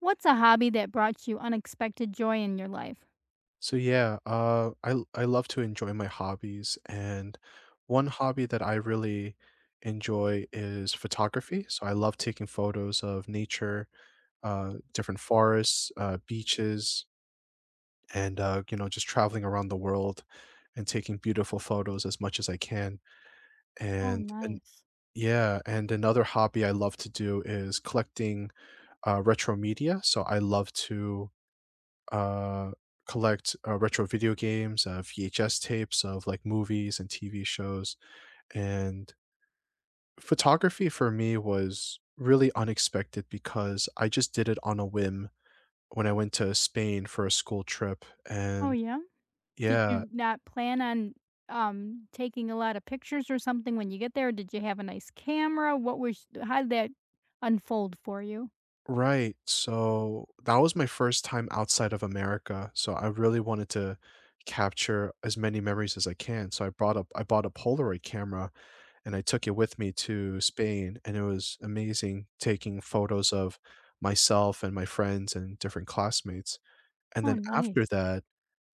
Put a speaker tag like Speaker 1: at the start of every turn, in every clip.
Speaker 1: What's a hobby that brought you unexpected joy in your life?
Speaker 2: So yeah, I love to enjoy my hobbies, and one hobby that I really enjoy is photography. So I love taking photos of nature, different forests, beaches, and just traveling around the world and taking beautiful photos as much as I can.
Speaker 1: Oh,
Speaker 2: And
Speaker 1: nice.
Speaker 2: Yeah, and another hobby I love to do is collecting retro media. So I love to uh, collect retro video games, VHS tapes of like movies and TV shows. And photography for me was really unexpected because I just did it on a whim when I went to Spain for a school trip.
Speaker 1: Oh,
Speaker 2: And
Speaker 1: yeah? Did
Speaker 2: yeah,
Speaker 1: you not plan on, taking a lot of pictures or something when you get there? Did you have a nice camera? What was how did that unfold for you?
Speaker 2: right. So that was my first time outside of America. So I really wanted to capture as many memories as I can. So I brought up I bought a Polaroid camera and I took it with me to Spain, and it was amazing taking photos of myself and my friends and different classmates. And
Speaker 1: Oh,
Speaker 2: then after
Speaker 1: nice.
Speaker 2: that,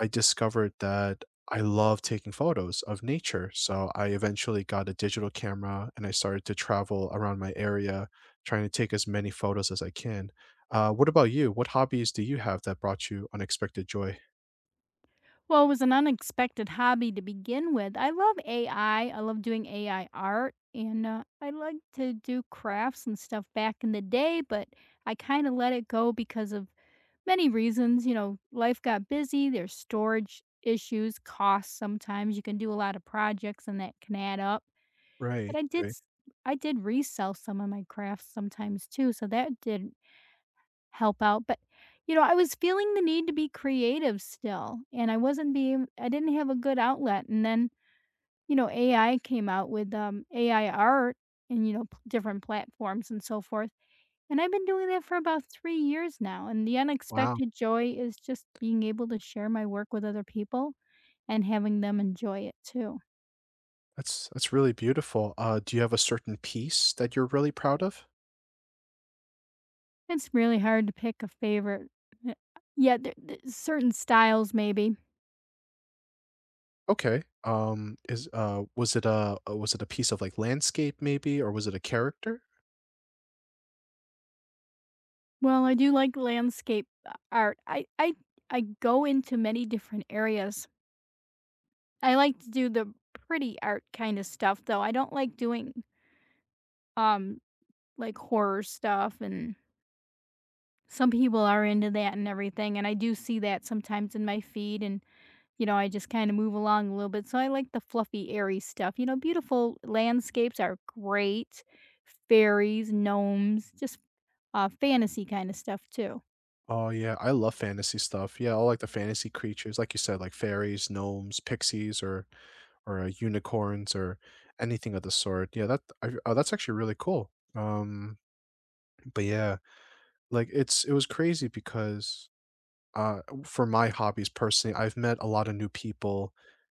Speaker 2: I discovered that I love taking photos of nature. So I eventually got a digital camera and I started to travel around my area trying to take as many photos as I can. What about you? What hobbies do you have that brought you unexpected joy?
Speaker 1: Well, it was an unexpected hobby to begin with. I love AI. I love doing AI art, and, I like to do crafts and stuff back in the day, but I kinda let it go because of many reasons. You know, life got busy, there's storage issues, costs sometimes, you can do a lot of projects and that can add up. But
Speaker 2: Right, right.
Speaker 1: I did resell some of my crafts sometimes too, so that did help out, but, you know, I was feeling the need to be creative still, and I wasn't being I didn't have a good outlet, and then, you know, AI came out with, AI art and, you know, p different platforms and so forth, and I've been doing that for about 3 years now, and the
Speaker 2: Wow,
Speaker 1: unexpected joy is just being able to share my work with other people and having them enjoy it too.
Speaker 2: that's really beautiful. Do you have a certain piece that you're really proud of?
Speaker 1: It's really hard to pick a favorite. Eh, Yeah, there certain styles maybe.
Speaker 2: Okay. Is Was it a was it a piece of like landscape maybe, or was it a character?
Speaker 1: Well, I do like landscape a art. I I go into many different areas. I like to do the pretty art kinda stuff, though. I don't like doing, um, like, horror stuff. And some people are into that and everything, and I do see that sometimes in my feed and, you know, I just kinda move along a little bit, so I like the fluffy, airy stuff, you know, beautiful landscapes are great, fairies, gnomes, just, fantasy kinda stuff too.
Speaker 2: Oh yeah, I love fantasy stuff. Yeah, I like the fantasy creatures, like you said, like fairies, gnomes, pixies, or unicorns, or anything of the sort. Yeah, oh, that's actually really cool. Um, but yeah, like it was crazy because for my hobbies personally, I've met a lot of new people,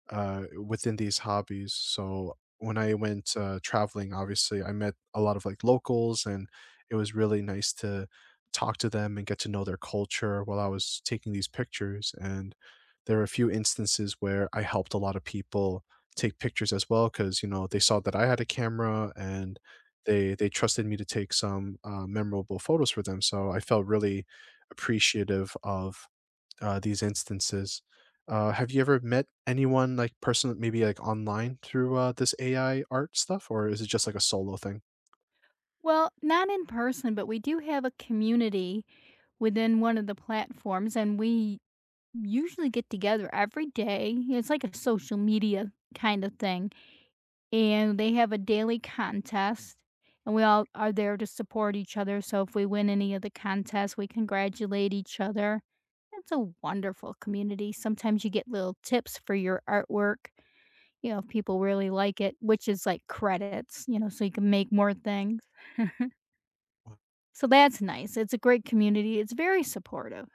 Speaker 2: within these hobbies. So when I went, traveling, obviously, I met a lot of, like, locals, and it was really nice to talk to them and get to know their culture while I was taking these pictures, and there were a few instances where I helped a lot of people take pictures as well, because you know, they saw that I had a camera, and they trusted me to take some, memorable photos for them, so I felt really appreciative of these instances. Have you ever met anyone like person maybe like online through this AI art stuff, or is it just like a solo thing?
Speaker 1: Well, not in person, but we do have a community within one of the platforms, and we usually get together every day, it's like a social media kinda thing. And they have a daily contest and we all are there to support each other. So if we win any of the contests, we congratulate each other. It's a wonderful community. Sometimes you get little tips for your artwork, you know, if people really like it, which is like credits, you know, so you can make more things. So that's nice. It's a great community. It's very supportive.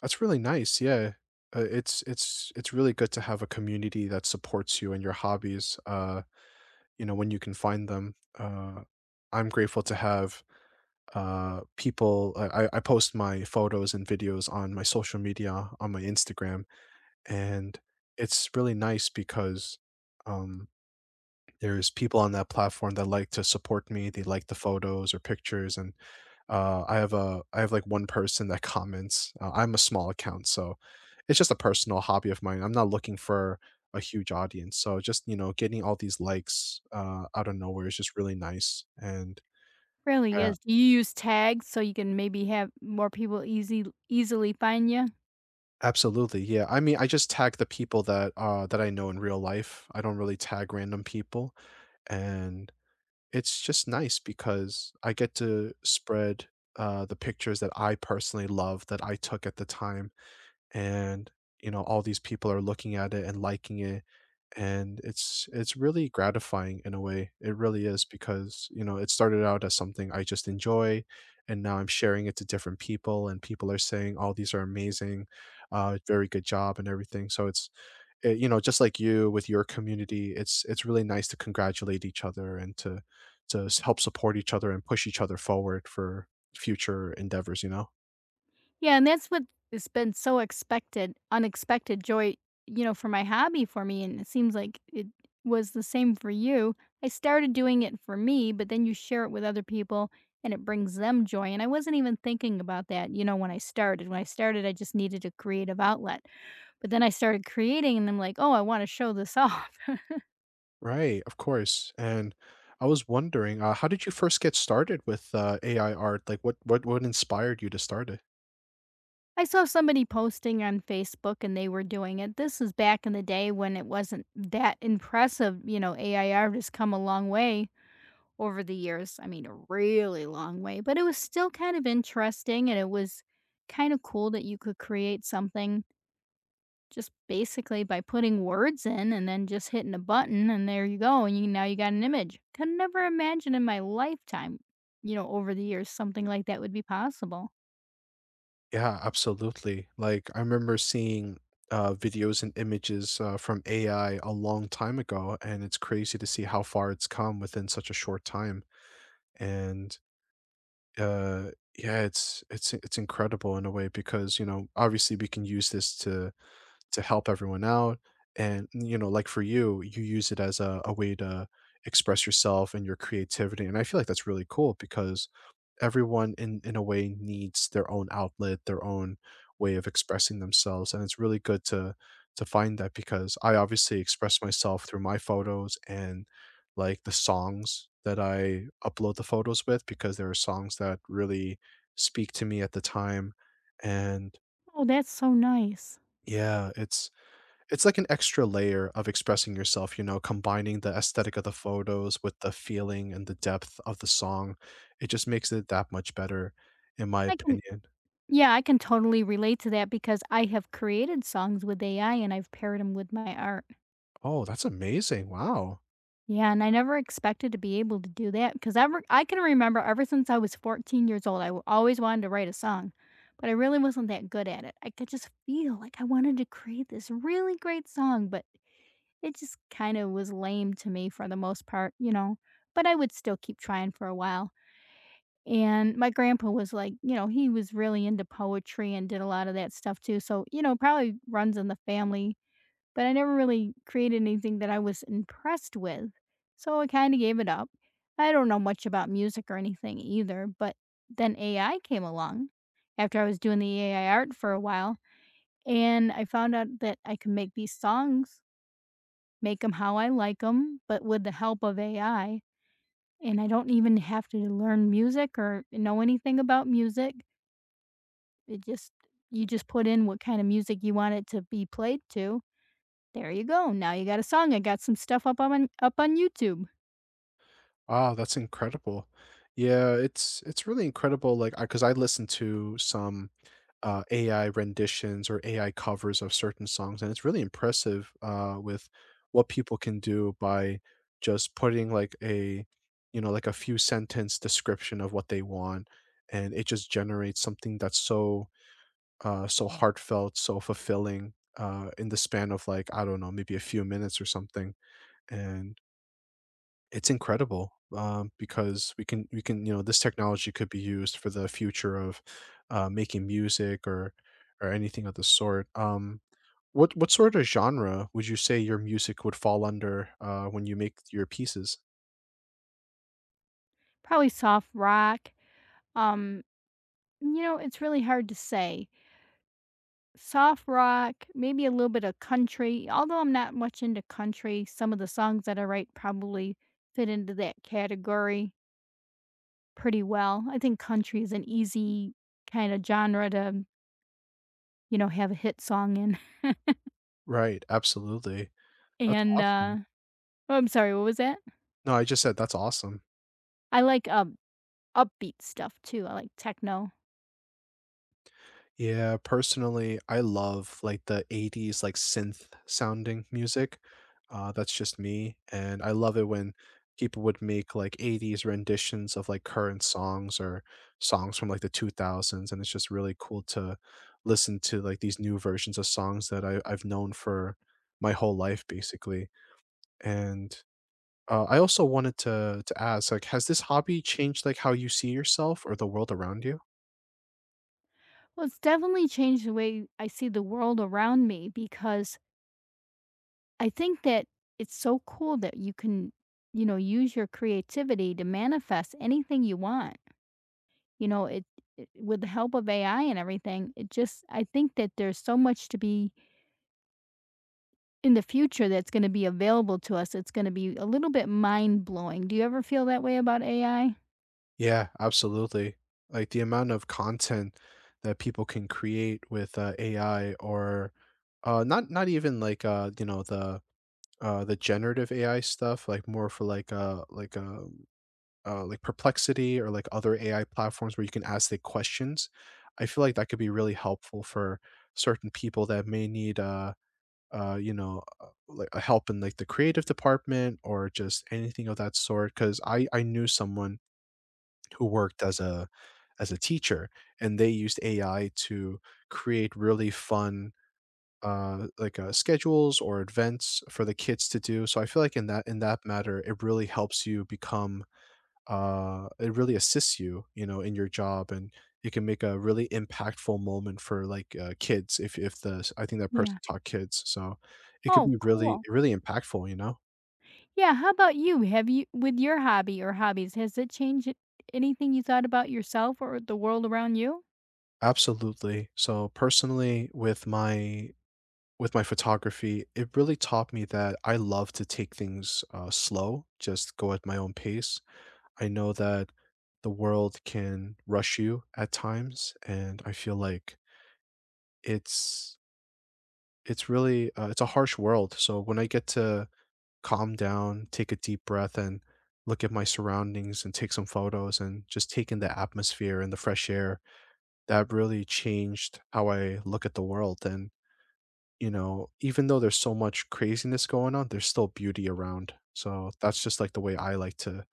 Speaker 2: That's really nice. Yeah. It's really good to have a community that supports you and your hobbies. You know, when you can find them. I'm grateful to have people. I post my photos and videos on my social media, on my Instagram, and it's really nice because um there's people on that platform that like to support me. They like the photos or pictures, and, I have, like, one person that comments. I'm a small account, so it's just a personal hobby of mine. I'm not looking for a huge audience, so just, you know, getting all these likes, out of nowhere is just really nice, and
Speaker 1: Really
Speaker 2: yeah,
Speaker 1: is. Do you use tags so you can maybe have more people easy easily find you?
Speaker 2: absolutely, yeah, I mean, I just tag the people that, that I know in real life. I don't really tag random people, and it's just nice because I get to spread, the pictures that I personally love that I took at the time, and, you know, all these people are looking at it and liking it, and it's really gratifying in a way. It really is, because, you know, it started out as something I just enjoy, and now I'm sharing it to different people, and people are saying, "Oh, these are amazing, very good job," and everything. So it's you know, just like you with your community, it's really nice to congratulate each other and to help support each other and push each other forward for future endeavors. You know,
Speaker 1: Yeah, and that's what has been so expected unexpected joy, you know, for my hobby for me, and it seems like it was the same for you. I started doing it for me, but then you share it with other people and it brings them joy. And I wasn't even thinking about that, you know, when I started. When I started, I just needed a creative outlet. But then I started creating and I'm like, oh, I want to show this off.
Speaker 2: right? Of course. And I was wondering, how did you first get started with AI art? Like, what inspired you to start it?
Speaker 1: I saw somebody posting on Facebook and they were doing it. This is back in the day when it wasn't that impressive. You know, AIR has come a long way over the years. I mean, a really long way, but it was still kind of interesting and it was kind of cool that you could create something just basically by putting words in and then just hitting a button and there you go and you now you got an image. Could never imagine in my lifetime, you know, over the years something like that would be possible.
Speaker 2: Yeah, absolutely. Like, I remember seeing videos and images from AI a long time ago, and it's crazy to see how far it's come within such a short time. And uh yeah, it's incredible in a way, because you know, obviously we can use this to help everyone out, and you know, like for you use it as a way to express yourself and your creativity, and I feel like that's really cool because everyone in a way needs their own outlet, their own way of expressing themselves, and it's really good to find that, because I obviously express myself through my photos and like the songs that I upload the photos with, because there are songs that really speak to me at the time, and
Speaker 1: Oh, that's so nice.
Speaker 2: yeah, it's like an extra layer of expressing yourself, you know, combining the aesthetic of the photos with the feeling and the depth of the song. It just makes it that much better, in my
Speaker 1: I can
Speaker 2: opinion.
Speaker 1: Yeah, I can totally relate to that because I have created songs with AI and I've paired them with my art.
Speaker 2: Oh, that's amazing. Wow.
Speaker 1: Yeah, and I never expected to be able to do that because ever since I was 14 years old, always wanted to write a song, but I really wasn't that good at it. I could just feel like I wanted to create this really great song, but it just kind of was lame to me for the most part, you know. But I would still keep trying for a while. And my grandpa was like, you know, he was really into poetry and did a lot of that stuff too. So, you know, probably runs in the family, but I never really created anything that I was impressed with, so I kinda gave it up. I don't know much about music or anything either, but then AI came along after I was doing the AI art for a while, and I found out that I could make these songs, make them how I like them, but with the help of AI, and I don't even have to learn music or know anything about music. It just You just put in what kinda music you want it to be played to, there you go. Now you got a song. I got some stuff up on up on YouTube.
Speaker 2: Wow, that's incredible. Yeah, it's really incredible, like, I because I listen to some AI renditions or AI covers of certain songs, and it's really impressive with what people can do by just putting like a like a few sentence description of what they want, and it just generates something that's so so heartfelt, so fulfilling in the span of like I don't know maybe a few minutes or something, and it's incredible, because we can you know, this technology could be used for the future of, making music or anything of the sort. What sort of genre would you say your music would fall under, when you make your pieces?
Speaker 1: Probably soft rock. Um, you know, it's really hard to say. Soft rock, maybe a little bit of country. Although I'm not much into country, some of the songs that I write probably fit into that category pretty well. I think country is an easy kind of genre to, you know, have a hit song in.
Speaker 2: Right, absolutely. That's
Speaker 1: and uh
Speaker 2: awesome.
Speaker 1: Oh, I'm sorry, what was that?
Speaker 2: No, I just said that's awesome.
Speaker 1: I like upbeat stuff too. I like techno.
Speaker 2: Yeah, personally, I love, like, the '80s, like, synth sounding music, that's just me, and I love it when people would make, like, '80s renditions of, like, current songs or songs from, like, the 2000s, and it's just really cool to listen to, like, these new versions of songs that I've known for my whole life, basically, and, I also wanted to ask, like, has this hobby changed, like, how you see yourself or the world around you?
Speaker 1: Well, it's definitely changed the way I see the world around me because I think that it's so cool that you can, you know, use your creativity to manifest anything you want. You know, it, it with the help of AI and everything, it just I think that there's so much to be in the future that's going to be available to us. It's going to be a little bit mind-blowing. Do you ever feel that way about AI?
Speaker 2: Yeah, absolutely. Like the amount of content that people can create with AI, or not even like the generative AI stuff, like more for like like Perplexity or like other AI platforms where you can ask the questions. I feel like that could be really helpful for certain people that may need help in like the creative department or just anything of that sort, because I knew someone who worked as a teacher, and they used AI to create really fun, schedules or events for the kids to do. So I feel like in that matter, it really helps you become, it really assists you, you know, in your job, and it can make a really impactful moment for, like, kids, if the I think that person
Speaker 1: Yeah.
Speaker 2: taught kids, so it could
Speaker 1: Oh,
Speaker 2: be really
Speaker 1: cool.
Speaker 2: really impactful, you know?
Speaker 1: Yeah, how about you? Have you with your hobby or hobbies, has it changed it- anything you thought about yourself or the world around you?
Speaker 2: Absolutely. So, personally, with my with my photography, it really taught me that I love to take things, slow, just go at my own pace. I know that the world can rush you at times, and I feel like it's it's really, it's a harsh world, so when I get to calm down, take a deep breath, and look at my surroundings and take some photos and just take in the atmosphere and the fresh air, that really changed how I look at the world, and you know, even though there's so much craziness going on, there's still beauty around. So that's just like the way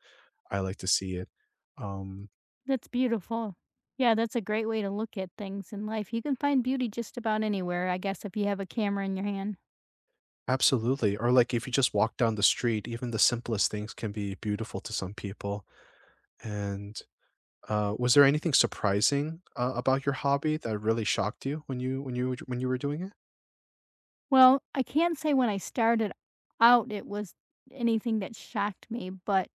Speaker 2: I like to see it. Um,
Speaker 1: That's beautiful. Yeah, that's a great way to look at things in life. You can find beauty just about anywhere, I guess, if you have a camera in your hand.
Speaker 2: absolutely. Or like if you just walk down the street, even the simplest things can be beautiful to some people. And was there anything surprising about your hobby that really shocked you when you were doing it?
Speaker 1: Well, I can't say when I started out it was anything that shocked me, but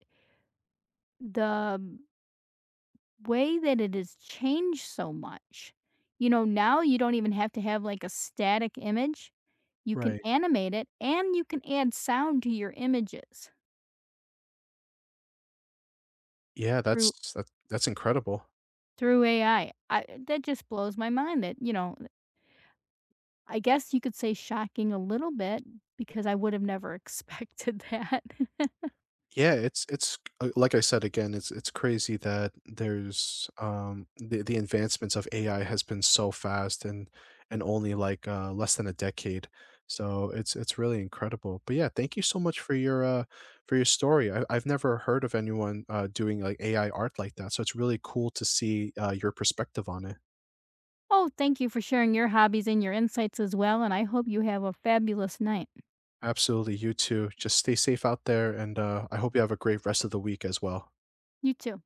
Speaker 1: the way that it has changed so much. You know, now you don't even have to have like a static image. You can
Speaker 2: Right.
Speaker 1: animate it and you can add sound to your images
Speaker 2: Yeah,
Speaker 1: through
Speaker 2: that's that's incredible.
Speaker 1: through AI. That just blows my mind that, you know, I guess you could say shocking a little bit because I would have never expected that.
Speaker 2: Yeah, it's like I said again, it's crazy that there's the advancements of AI has been so fast and only like less than a decade. So it's really incredible. But yeah, thank you so much for your story. I've never heard of anyone doing like AI art like that. So it's really cool to see your perspective on it.
Speaker 1: Oh, thank you for sharing your hobbies and your insights as well and I hope you have a fabulous night.
Speaker 2: Absolutely, you too. Just stay safe out there, and I hope you have a great rest of the week as well.
Speaker 1: You too.